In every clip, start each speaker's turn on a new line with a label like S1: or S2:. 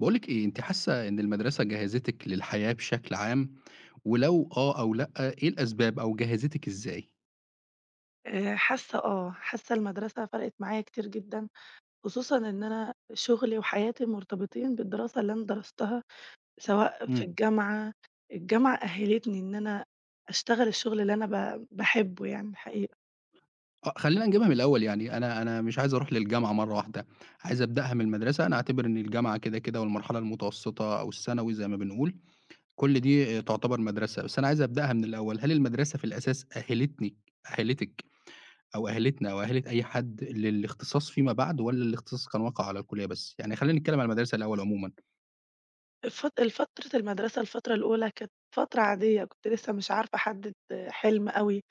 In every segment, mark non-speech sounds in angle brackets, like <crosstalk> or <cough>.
S1: باقولِك إيه، أنتِ حاسة إن المدرسة جهّزتِك للحياة بشكل عام، ولو آه أو لأ، إيه الأسباب أو جهّزتِك إزاي؟
S2: حاسة المدرسة فرقِت معايا كتير جدًا، خصوصًا إن أنا شغلي وحياتي مرتبطين بالدراسة اللي أنا درستها، سواء في
S1: إمم.
S2: الجامعة، الجامعة أهّلتني إن أنا أشتغل الشغل اللي أنا باحبه يعني الحقيقة.
S1: آه، خلّينا نجيبها من الأول يعني. أنا مش عايز أروح للجامعة مرّة واحدة، عايز أبدأها من المدرسة. أنا أعتبر إن الجامعة كده والمرحلة المتوسطة أو الثانوي زي ما بنقول، كل دي تعتبر مدرسة. بس أنا عايز أبدأها من الأول. هل المدرسة في الأساس أهّلتِك أو أهّلتنا أو أهّلت أي حد للاختصاص فيما بعد والّا الاختصاص كان واقع على الكلية بس؟ يعني خلّينا نتكلم عن المدرسة الأول عمومًا.
S2: الفترة الأولى كانت فترة عادية، كنت لسه مش عارفة أحدد حلم أوي،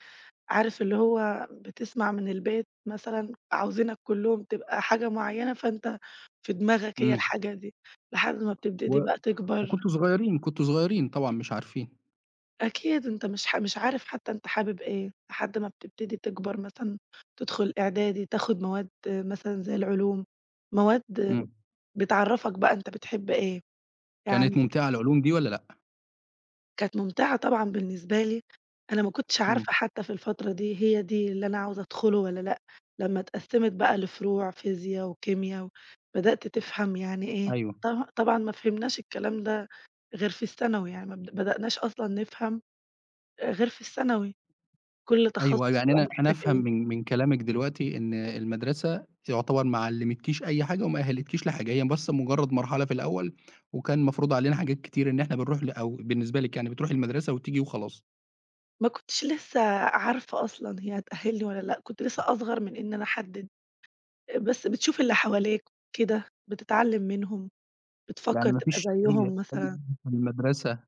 S2: عارف اللي هو بتسمع من البيت مثلًا عاوزينك كلّهم تبقى حاجة معيّنة، فأنت في دماغك هي
S1: إمم.
S2: الحاجة دي، لحد ما بتبتدي
S1: و
S2: بقى تكبر
S1: وكنتم صغيرين، كنتم صغيرين طبعًا مش عارفين.
S2: أكيد أنت مش عارف حتى أنت حابب إيه، لحد ما بتبتدي تكبر مثلًا تدخل إعدادي، تاخد مواد مثلًا زي العلوم، مواد
S1: إمم.
S2: بتعرّفك بقى أنت بتحب إيه، يعني
S1: كانت ممتعة العلوم دي والّا لأ؟
S2: كانت ممتعة طبعًا بالنسبة لي، أنا ما كنتش
S1: إمم.
S2: عارفة حتى في الفترة دي هي دي اللي أنا عاوزة أدخله والّا لأ، لمّا اتقسمت بقى لفروع فيزيا وكيميا، بدأت تفهم يعني إيه،
S1: أيوه،
S2: طب طبعًا ما فهمناش الكلام ده غير في الثانوي، يعني ما بد بدأناش أصلًا نفهم غير في الثانوي. كل
S1: أيوه،
S2: تخصص
S1: يعني
S2: بيبقى
S1: أنا
S2: محتاج
S1: أفهم
S2: إيه.
S1: من كلامِك دلوقتي إن المدرسة يعتبر ما علّمتكيش أي حاجة وما أهّلتكيش لحاجة، هي بس مجرّد مرحلة في الأول، وكان مفروض علينا حاجات كتير إن إحنا بنروح ل أو بالنسبة لِك، يعني بتروحي المدرسة وتيجي وخلاص.
S2: ما كنتش لسه عارفة أصلًا هي هتأهلني والّا لأ، كنت لسه أصغر من إن أنا أحدد، بس بتشوف اللي حواليك كده، بتتعلم منهم،
S1: يعني
S2: بتفكر
S1: ما
S2: تبقى
S1: فيش هي
S2: زيهم مثلًا،
S1: <unintelligible> المدرسة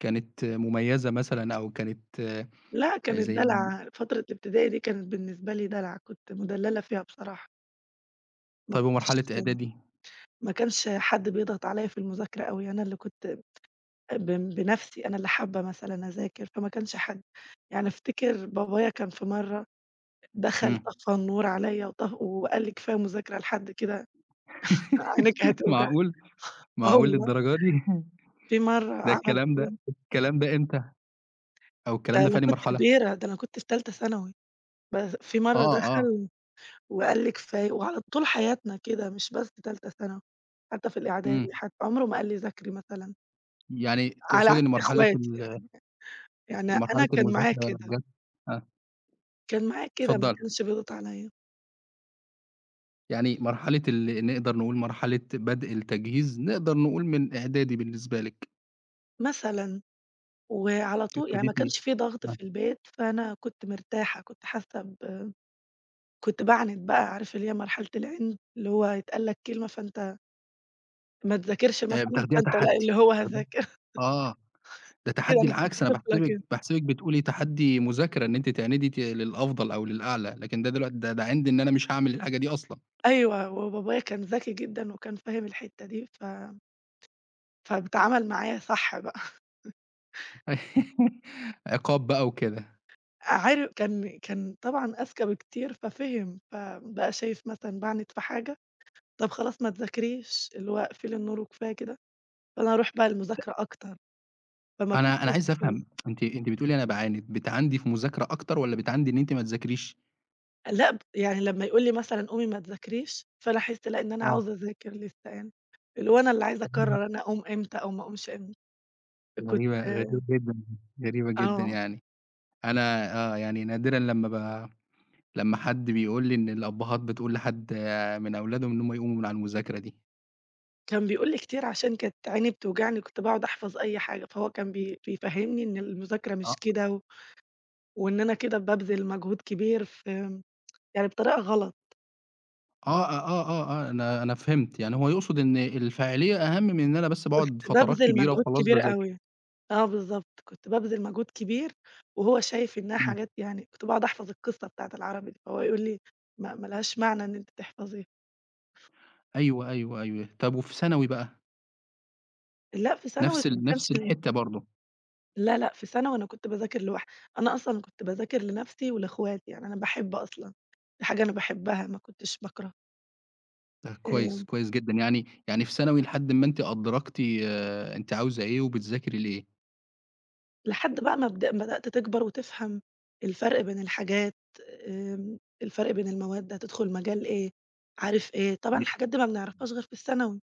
S1: كانت مميزة مثلًا أو كانت
S2: لأ كانت
S1: زي ما
S2: دلعة، فترة الابتدائي دي كانت بالنسبة لي دلعة، كنت مدللة فيها بصراحة، ما
S1: طيب،
S2: كنتش
S1: ومرحلة إعدادي؟
S2: ما كانش حد بيضغط عليَّ في المذاكرة أوي، أنا اللي كنت ب بنفسي، أنا اللي حابة مثلًا أذاكر، فما كانش حد يعني. أفتكر بابايا كان في مرة دخل
S1: إمم.
S2: طفّى النور عليَّ وقال لي: "كفاية مذاكرة لحد كده، عينيكِ
S1: <laughs>
S2: هتوجعِك."
S1: معقول!
S2: آه
S1: معقول
S2: والله،
S1: للدرجة دي! <laughs>
S2: في مرّة
S1: ده
S2: عمل
S1: الكلام ده
S2: كده.
S1: الكلام ده إمتى أو
S2: ده
S1: الكلام ده في
S2: أنا
S1: أنهي
S2: كنت
S1: مرحلة؟
S2: كبيرة، ده أنا كنت في تالتة ثانوي، بس في مرّة
S1: آه، آه.
S2: دخل وقال لي: "كفاية." وعلى طول حياتنا كده مش بس تالتة ثانوي، حتى في الإعدادي
S1: إمم.
S2: حتى، عمره ما قال لي ذاكري مثلًا،
S1: يعني
S2: على
S1: تقصدي إن
S2: عكس إخواتي يعني، يعني أنا
S1: مرحلة
S2: كان معايا
S1: المذاكرة
S2: كده،
S1: جات. آه،
S2: كان معايا كده ما
S1: اتفضّلي.
S2: كانش بيضغط عليَّ
S1: يعني مرحلة ال نقدر نقول مرحلة بدء التجهيز، نقدر نقول من إعدادي بالنسبة لِك.
S2: مثلًا، وعلى طول يعني ما
S1: ابتديتِ إيه؟
S2: كانش في ضغط
S1: آه.
S2: في البيت، فأنا كنت مرتاحة، كنت حاسة ب. كنت باعند بقى، عارف اللي هي مرحلة العِند، اللي هو يتقال لك كلمة فأنت ما تذاكرش مثلًا،
S1: بتاخديها
S2: فأنت لأ،
S1: تحدّي،
S2: اللي هو
S1: تمام.
S2: هاذاكر. <laughs>
S1: آه. ده
S2: كده
S1: تحدّي
S2: أنا كنت
S1: العكس، أنا
S2: طفلة
S1: باحسبِك
S2: كده.
S1: باحسبِك بتقولي تحدّي مذاكرة إن أنتِ تعاندي للأفضل أو للأعلى، لكن ده دلوقتي ده عِند إن أنا مش هاعمل الحاجة دي أصلًا.
S2: أيوه، وبابايا كان ذكي جدًا وكان فاهم الحتّة دي، فاتعامل معايا صح بقى. <laughs>
S1: <laughs> عقاب بقى وكده.
S2: عارف كان كان طبعًا أذكى بكتير ففِهم، فبقى شايف مثلًا باعند في حاجة، طب خلاص ما تذاكريش، اللي هو اقفلي النور وكفاية كده، فأنا أروح بقى المذاكرة أكتر، فما
S1: أنا
S2: كنتش
S1: عايز أفهم، أنتِ بتقولي أنا باعاند، بتعاندي في مذاكرة أكتر والّا بتعاندي إن أنتِ ما تذاكريش؟
S2: لأ، يعني لمّا يقول لي مثلًا قومي ما تذاكريش، فأنا أحس لأ، إن أنا عاوزة
S1: آه.
S2: أذاكر لسه يعني، اللي هو أنا اللي عايزة أقرر أنا أقوم إمتى أو ما أقومش إمتى. كنت
S1: غريبة، غريبة، غريبة جدًا، غريبة جدًا
S2: آه،
S1: يعني. أنا آه، يعني نادرًا لمّا حد بيقول لي إن الأبهات بتقول لحد من أولادهم إن هم يقوموا من على المذاكرة دي.
S2: كان بيقول لي كتير عشان كانت عيني بتوجعني، كنت باقعد أحفظ أي حاجة، فهو كان بيفهّمني إن المذاكرة مش
S1: آه.
S2: كده، وإن أنا كده بابذل مجهود كبير يعني بطريقة غلط،
S1: آه، آه، آه، آه، أنا فهمت. يعني هو يقصد إن الفاعلية أهم من إن أنا بس
S2: كنت
S1: باقعد فترات
S2: بابذل
S1: كبيرة
S2: مجهود
S1: وخلاص
S2: كبير
S1: باذاكر.
S2: أوي. آه بالضبط، كنت بابذل مجهود كبير وهو شايف إنها
S1: إمم.
S2: حاجات، يعني كنت باقعد أحفظ القصة بتاعة العربي، دي، فهو يقول لي: "ما لهاش معنى إن أنتِ تحفظيها."
S1: أيوه، أيوه، أيوه. طب وفي ثانوي بقى؟
S2: لأ في ثانوي ما كانش
S1: نفس الحتّة برضه؟
S2: لا، لأ في ثانوي أنا كنت باذاكر لوحدي، أنا أصلًا كنت باذاكر لنفسي ولأخواتي، يعني أنا باحب أصلًا، دي حاجة أنا باحبها ما كنتش باكره،
S1: ده
S2: آآ
S1: كويس، كويس جدًا. يعني في ثانوي لحد ما أنتِ أدركتِ أنتِ عاوزة إيه وبتذاكري لإيه.
S2: لحد بقى ما بدأت تكبر وتفهم الفرق بين الحاجات، آمم الفرق بين المواد، هتدخل مجال إيه، عارف إيه، طبعًا
S1: ن
S2: الحاجات دي ما بنعرفهاش غير في الثانوي.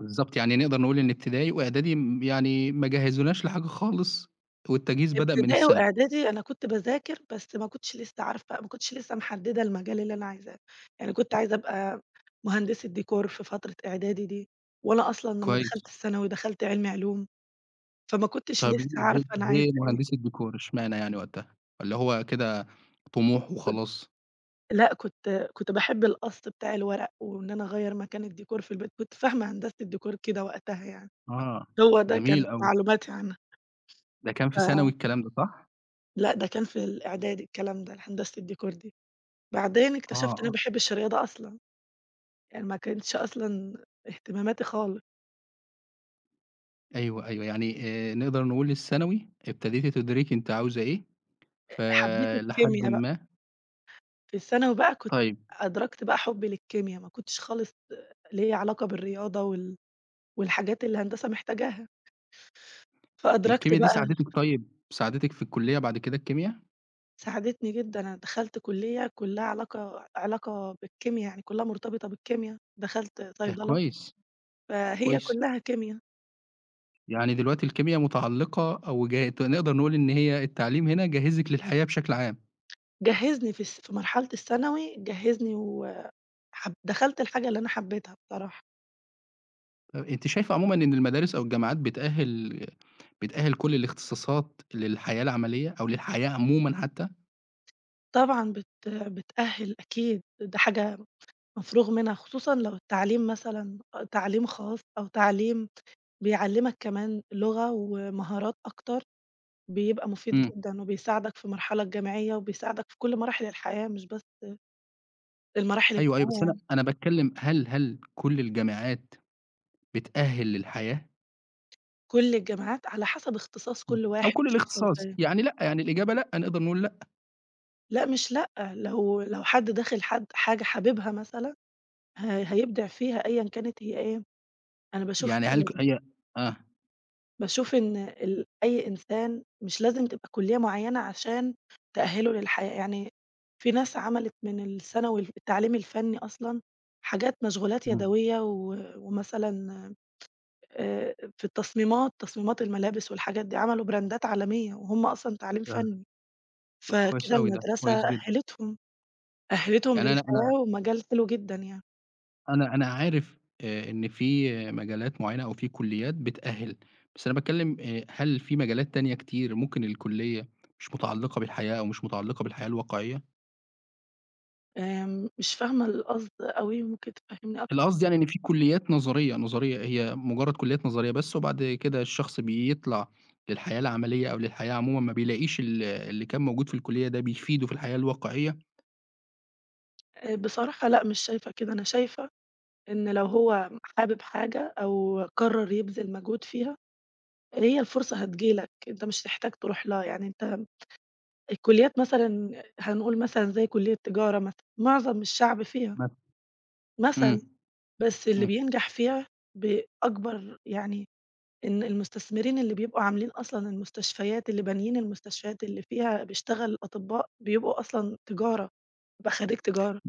S1: بالضبط. يعني نقدر نقول إن ابتدائي وإعدادي يعني ما جهزوناش لحاجة خالص، والتجهيز بدأ من
S2: ابتدائي
S1: الثانوي.
S2: وإعدادي أنا كنت باذاكر، بس ما كنتش لسه عارفة، ما كنتش لسه محددة المجال اللي أنا عايزاه، يعني كنت عايزة أبقى مهندسة ديكور في فترة إعدادي دي، وأنا أصلًا لمّا
S1: كويس.
S2: دخلت الثانوي دخلت علمي علوم، فما كنتش
S1: طب
S2: لسه
S1: ليه، ليه
S2: عارفة أنا عايزة
S1: ليه
S2: إيه،
S1: مهندسة ديكور؟ اشمعنى يعني وقتها؟ والّا هو كده طموح
S2: كنت
S1: وخلاص؟
S2: لأ كنت كنت باحب القص بتاع الورق، وإن أنا أغيّر مكان الديكور في البيت، كنت فاهمة هندسة الديكور كده وقتها يعني،
S1: آه.
S2: هو ده كان
S1: جميل أوي.
S2: معلوماتي عنها،
S1: ده كان
S2: ف
S1: في ثانوي الكلام ده صح؟
S2: لأ ده كان في الإعدادي الكلام ده، هندسة الديكور دي، بعدين
S1: آه،
S2: اكتشفت إن أنا ما
S1: آه.
S2: باحبش الرياضة أصلًا. يعني ما كانتش أصلًا اهتماماتي خالص،
S1: أيوه، أيوه، يعني نقدر نقول الثانوي ابتديتِ تدركي أنتِ عاوزة إيه
S2: حبيت
S1: فلحدٍ
S2: الكيميا بقى،
S1: ما
S2: في الثانوي بقى كنت
S1: طيب،
S2: أدركت بقى حُبّي للكيميا، ما كنتش خالص ليّا علاقة بالرياضة وال والحاجات اللي الهندسة محتاجاها، فأدركت
S1: الكيميا دي
S2: بقى.
S1: ساعدتِك، طيب ساعدتِك في الكُلّية بعد كده الكيميا؟
S2: ساعدتني جدًا، أنا دخلت كُلّية كُلّها علاقة بالكيميا، يعني كُلّها مرتبطة بالكيميا، دخلت
S1: ده
S2: صيدلة،
S1: كويس،
S2: فهي
S1: كويس.
S2: كُلّها كيميا،
S1: يعني دلوقتي الكيميا متعلّقة أو جا ت نقدر نقول إن هي التعليم هنا جهّزِك للحياة بشكل عام.
S2: جهّزني في مرحلة الثانوي جهّزني دخلت الحاجة اللي أنا حبيتها بصراحة،
S1: طب أنتِ شايفة عمومًا إن المدارس أو الجامعات بتأهِّل كل الاختصاصات للحياة العملية أو للحياة عمومًا حتّى؟
S2: طبعًا بتأهِّل أكيد، ده حاجة مفروغ منها، خصوصًا لو التعليم مثلًا تعليم خاص أو تعليم بيعلّمك كمان لغة ومهارات أكتر، بيبقى مفيد
S1: إمم.
S2: جدًا وبيساعدك في المرحلة الجامعية وبيساعدك في كل مراحل الحياة مش بس المراحل
S1: أيوه، أيوه،
S2: الجامعية
S1: بس أنا
S2: يعني،
S1: أنا باتكلّم، هل كل الجامعات بتأهِّل للحياة؟
S2: كل الجامعات على حسب اختصاص
S1: إمم.
S2: كل
S1: أو
S2: واحد
S1: كل
S2: شايفه
S1: الاختصاص،
S2: إزاي.
S1: يعني لأ، يعني الإجابة لأ، نقدر نقول.
S2: لأ مش لأ، لو حد داخل حد حاجة حاببها مثلًا ه هيبدع فيها أيًا كانت هي إيه، أنا باشوف
S1: يعني هل
S2: كده.
S1: هي آه.
S2: باشوف إن ال أي إنسان مش لازم تبقى كُلّية معيّنة عشان تأهّله للحياة، يعني في ناس عملت من الثانوي التعليم الفني أصلًا حاجات مشغولات
S1: إمم.
S2: يدوية ومثلًا في التصميمات، تصميمات الملابس والحاجات دي، عملوا براندات عالمية وهُم أصلًا تعليم
S1: فعلًا.
S2: فني،
S1: ده كويس
S2: فكده
S1: أوي ده،
S2: المدرسة
S1: كويس جدًا.
S2: أهّلتهم، أهّلتهم
S1: يعني أنا أنا
S2: للحياة ومجال حلو جدًا يعني.
S1: أنا أنا عارف إن في مجالات معيّنة أو في كُلّيات بتأهِّل، بس أنا باتكلّم هل في مجالات تانية كتير ممكن الكُلّية مش متعلّقة بالحياة أو مش متعلّقة بالحياة الواقعية؟
S2: مش فاهمة القصد أوي، ممكن تفهّمني
S1: اللي
S2: أكتر؟
S1: قصدي يعني إن في كُلّيات نظرية، نظرية هي مُجرّد كُلّيات نظرية بس وبعد كده الشخص بيطلع للحياة العملية أو للحياة عمومًا ما بيلاقيش اللي كان موجود في الكُلّية ده بيفيده في الحياة الواقعية
S2: بصراحة لأ، مش شايفة كده، أنا شايفة إن لو هو حابب حاجة أو قرّر يبذل مجهود فيها، هي الفرصة هتيجي لك، أنت مش هتحتاج تروح لها، يعني أنت الكليات مثلًا هنقول مثلًا زي كلية تجارة مثلًا، معظم الشعب فيها
S1: مثلًا.
S2: مثلًا،
S1: إمم،
S2: بس اللي
S1: إمم.
S2: بينجح فيها بأكبر يعني إن المستثمرين اللي بيبقوا عاملين أصلًا المستشفيات، اللي بانيين المستشفيات اللي فيها بيشتغل أطباء، بيبقوا أصلًا تجارة، بيبقى خريج تجارة.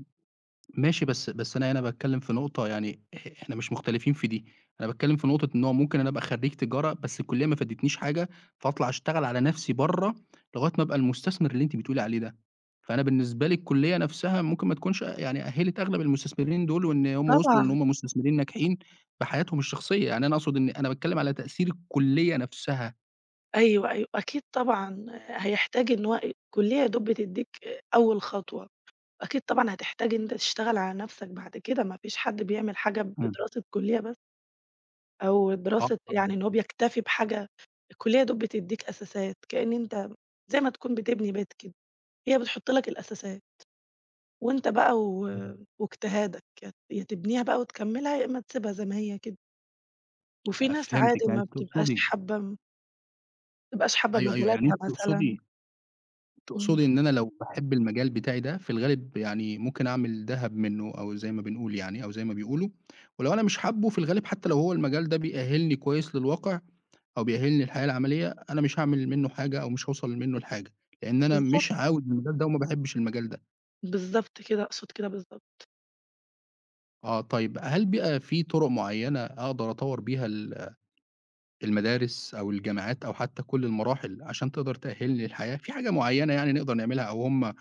S1: ماشي، بس أنا هنا باتكلّم في نقطة، يعني إحنا مش مختلفين في دي. أنا باتكلّم في نقطة إن هو ممكن أنا أبقى خرّيج تجارة، بس الكُلّية ما فادتنيش حاجة، فاطلع أشتغل على نَفْسي برّه لغاية ما أبقى المستثمر اللي أنتِ بتقولي عليه ده. فأنا بالنسبة لي الكُلّية نَفْسها ممكن ما تكونش يعني أهِّلت أغلب المستثمرين دول وإن هم وصلوا إن
S2: طبعًا.
S1: هم مستثمرين ناجحين بحياتهم الشخصية، يعني أنا أقصد إن أنا باتكلّم على تأثير الكُلّية نَفْسها.
S2: أيوه، أيوه، أكيد طبعًا هيحتاج، إن هو الكلية يا دوب بتدّيك أول خطوة، أكيد طبعًا هتحتاج إن أنت تشتغل على نَفْسك بعد كده، ما فيش حد بيعمل حاجة
S1: إمم.
S2: بدراسة كلية بس، أو دراسة يعني إن هو بيكتفي بحاجة، الكلية يا دوب بتدّيك أساسات، كإن أنت زي ما تكون بتبني بيت كده، هي بتحط لك الأساسات، وأنت بقى واجتهادك، يا يا تبنيها بقى وتكمّلها، يا إمّا تسيبها زي ما هي كده، وفي
S1: آه،
S2: ناس عادي
S1: فهمتِك، يعني أنتِ تقصدي
S2: ما بتبقاش حابة
S1: أيوه، أيوه، يعني
S2: مجالاتها
S1: أنتِ
S2: مثلًا،
S1: تقصدي
S2: إمم،
S1: تقصدي إن أنا لو باحب المجال بتاعي ده، في الغالب يعني ممكن أعمل دهب منّه أو زي ما بنقول يعني أو زي ما بيقولوا، ولو أنا مش حابُّه في الغالب حتى لو هو المجال ده بيأهّلني كويس للواقع أو بيأهّلني للحياة العملية، أنا مش هاعمل منّه حاجة أو مش هاوصل منّه لحاجة، لإن أنا
S2: بالضبط.
S1: مش عاوز المجال ده وما باحبّش المجال ده.
S2: بالضبط كده، أقصد كده بالضبط.
S1: آه، طيب هل بقى في طُرق معيّنة أقدر أطوّر بيها المدارس أو الجامعات أو حتى كل المراحل عشان تقدر تأهّلني للحياة؟ في حاجة معيّنة يعني نقدر نعملها أو هُم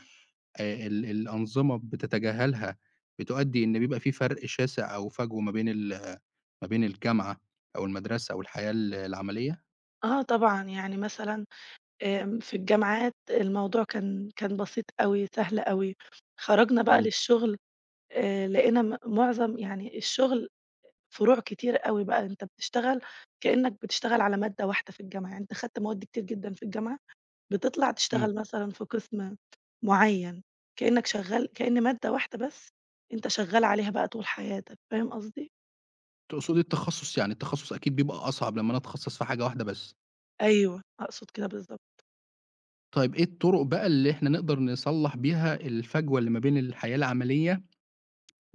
S1: الأنظمة بتتجاهلها، بتؤدّي إن بيبقى في فرق شاسع أو فجوة ما بين الجامعة أو المدرسة أو الحياة العملية؟
S2: آه طبعًا، يعني مثلًا في الجامعات الموضوع كان بسيط أوي، سهل أوي. خرجنا بقى
S1: إمم.
S2: للشغل، لقينا معظم يعني الشغل فروع كتير أوي بقى، أنت بتشتغل كإنّك بتشتغل على مادة واحدة في الجامعة، يعني أنت خدت مواد كتير جدًا في الجامعة، بتطلع
S1: إمم.
S2: تشتغل مثلًا في قسم معيّن، كإنّك شغّال كإن مادة واحدة بس أنت شغّال عليها بقى طول حياتك، فاهم قصدي؟
S1: تقصدي التخصُّص يعني، التخصُّص أكيد بيبقى أصعب لمّا أنا أتخصّص في حاجة واحدة بس.
S2: أيوه، أقصد كده بالضبط.
S1: طيب إيه الطُرق بقى اللي إحنا نقدر نصلّح بيها الفجوة اللي ما بين الحياة العملية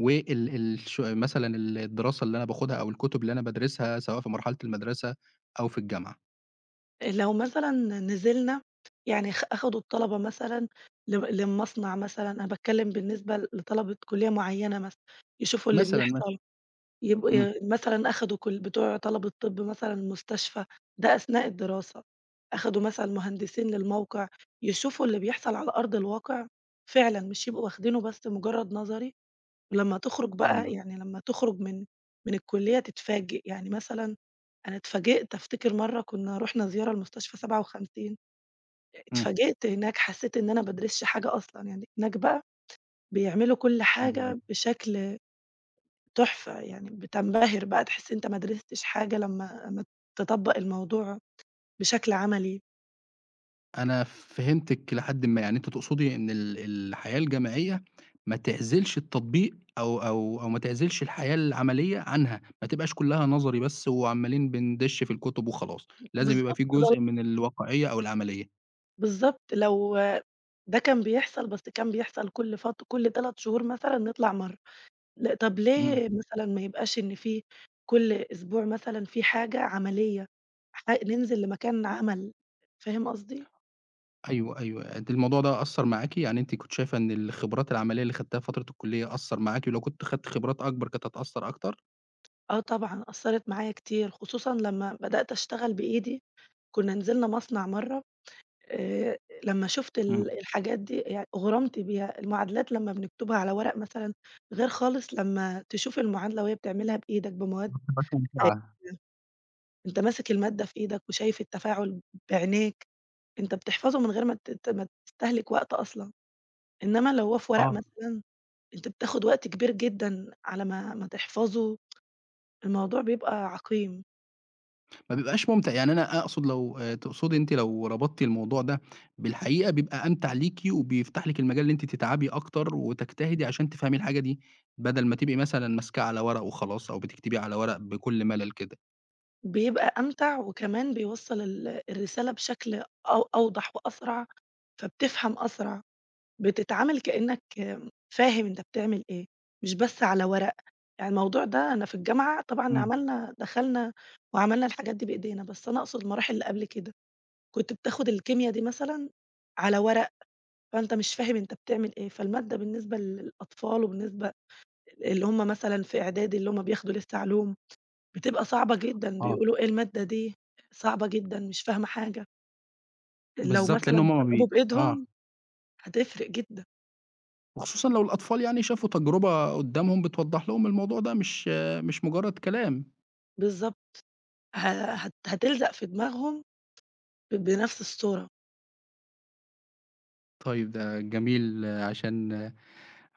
S1: وال الش مثلًا الدراسة اللي أنا باخُدها أو الكُتب اللي أنا بادرسها سواء في مرحلة المدرسة أو في الجامعة؟
S2: لو مثلًا نزلنا، يعني أخدوا الطلبة مثلًا لمصنع مثلًا، أنا باتكلم بالنسبة لطلبة كلية معينة مثلًا، يشوفوا اللي
S1: مثلًا
S2: بيحصل،
S1: ماشي.
S2: يب
S1: إمم.
S2: مثلًا أخدوا كل بتوع طلبة طب مثلًا المستشفى، ده أثناء الدراسة، أخدوا مثلًا مهندسين للموقع، يشوفوا اللي بيحصل على أرض الواقع فعلًا، مش يبقوا واخدينه بس مجرد نظري، ولمّا تخرج بقى
S1: أيوه.
S2: يعني لمّا تخرج من من الكلية تتفاجئ، يعني مثلًا أنا اتفاجئت أفتكر مرّة كنا رُحنا زيارة لمستشفى 57، اتفاجئت هناك حسيت إن أنا ما بادرسش حاجة أصلًا، يعني هناك بقى بيعملوا كل
S1: إمم.
S2: حاجة بشكل تحفة، يعني بتنبهر بقى تحس أنت ما درستش حاجة لمّا تطبّق الموضوع بشكل عملي،
S1: أنا فهمتِك لحدٍ ما، يعني أنتِ تقصدي إن الحياة الجامعية ما تعزلش التطبيق أو ما تعزلش الحياة العملية عنها، ما تبقاش كلّها نظري بس وعمّالين بندِش في الكتب وخلاص، لازم يبقى
S2: بالضبط
S1: في
S2: ده
S1: جزء من الواقعية أو العملية.
S2: بالضبط لو ده كان بيحصل، بس كان بيحصل كل كل 3 شهور مثلًا نطلع مرّة. لأ، طب
S1: إمم،
S2: ليه مثلًا ما يبقاش إن في كل أسبوع مثلًا في حاجة عملية، ننزل لمكان عمل، فاهم قصدي؟
S1: أيوه، أيوه، أنتِ الموضوع ده أثّر معاكِ. يعني أنتِ كنتِ شايفة إن الخبرات العملية اللي خدتيها في فترة الكلية أثّر معاكِ، ولو كنتِ خدتِ خبرات أكبر كانت هتأثّر أكتر؟
S2: آه طبعًا أثّرت معايا كتير، خصوصًا لمّا بدأت أشتغل بإيدي، كنا نزلنا مصنع مرّة، آآ لمّا شُفت
S1: إمم.
S2: الحاجات دي يعني أغرمت بيها، المعادلات لمّا بنكتبها على ورق مثلًا غير خالص لمّا تشوف المعادلة وهي بتعملها بإيدك بمواد حية،
S1: ممتعة.
S2: أنت ماسك المادة في إيدك وشايف التفاعل بعينيك، أنت بتحفظه من غير ما ت ت ما تستهلك وقت أصلًا. إنما لو هو في ورق
S1: آه.
S2: مثلًا، أنت بتاخد وقت كبير جدًا على ما تحفظه، الموضوع بيبقى عقيم،
S1: ما بيبقاش ممتع، يعني أنا أقصد لو تقصدي أنتِ لو ربطتِ الموضوع ده بالحقيقة بيبقى أمتع ليكِ، وبيفتح لِك المجال إن أنتِ تتعبي أكتر وتجتهدي عشان تفهمي الحاجة دي، بدل ما تبقي مثلًا ماسكاه على ورق وخلاص، أو بتكتبي على ورق بكل ملل كده.
S2: بيبقى أمتع وكمان بيوصّل الرسالة بشكل أوضح وأسرع، فبتفهم أسرع، بتتعامل كإنّك فاهم أنت بتعمل إيه، مش بس على ورق، يعني الموضوع ده أنا في الجامعة طبعًا
S1: إمم.
S2: دخلنا وعملنا الحاجات دي بإيدينا، بس أنا أقصد المراحل اللي قبل كده، كنت بتاخد الكيميا دي مثلًا على ورق. فأنت مش فاهم أنت بتعمل إيه، فالمادة بالنسبة للأطفال وبالنسبة اللي هم مثلًا في إعدادي اللي هم بياخدوا لسه علوم، بتبقى صعبة جدًا،
S1: آه.
S2: بيقولوا إيه المادة دي صعبة جدًا مش فاهمة حاجة، لو
S1: بالضبط،
S2: مثلًا
S1: لإن هُم ما
S2: جربوا
S1: بي
S2: بإيدهم هتفرق جدًا،
S1: وخصوصًا لو الأطفال يعني شافوا تجربة قدّامهم بتوضح لهم الموضوع ده، مش مش مجرد كلام.
S2: بالضبط. ه هت هتلزق في دماغهم بنفس الصورة.
S1: طيب ده جميل، عشان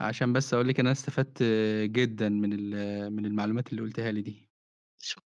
S1: عشان بس أقول لِك إن أنا استفدت جدًا من ال آه، من المعلومات اللي قُلتيها لي دي.
S2: شكرًا.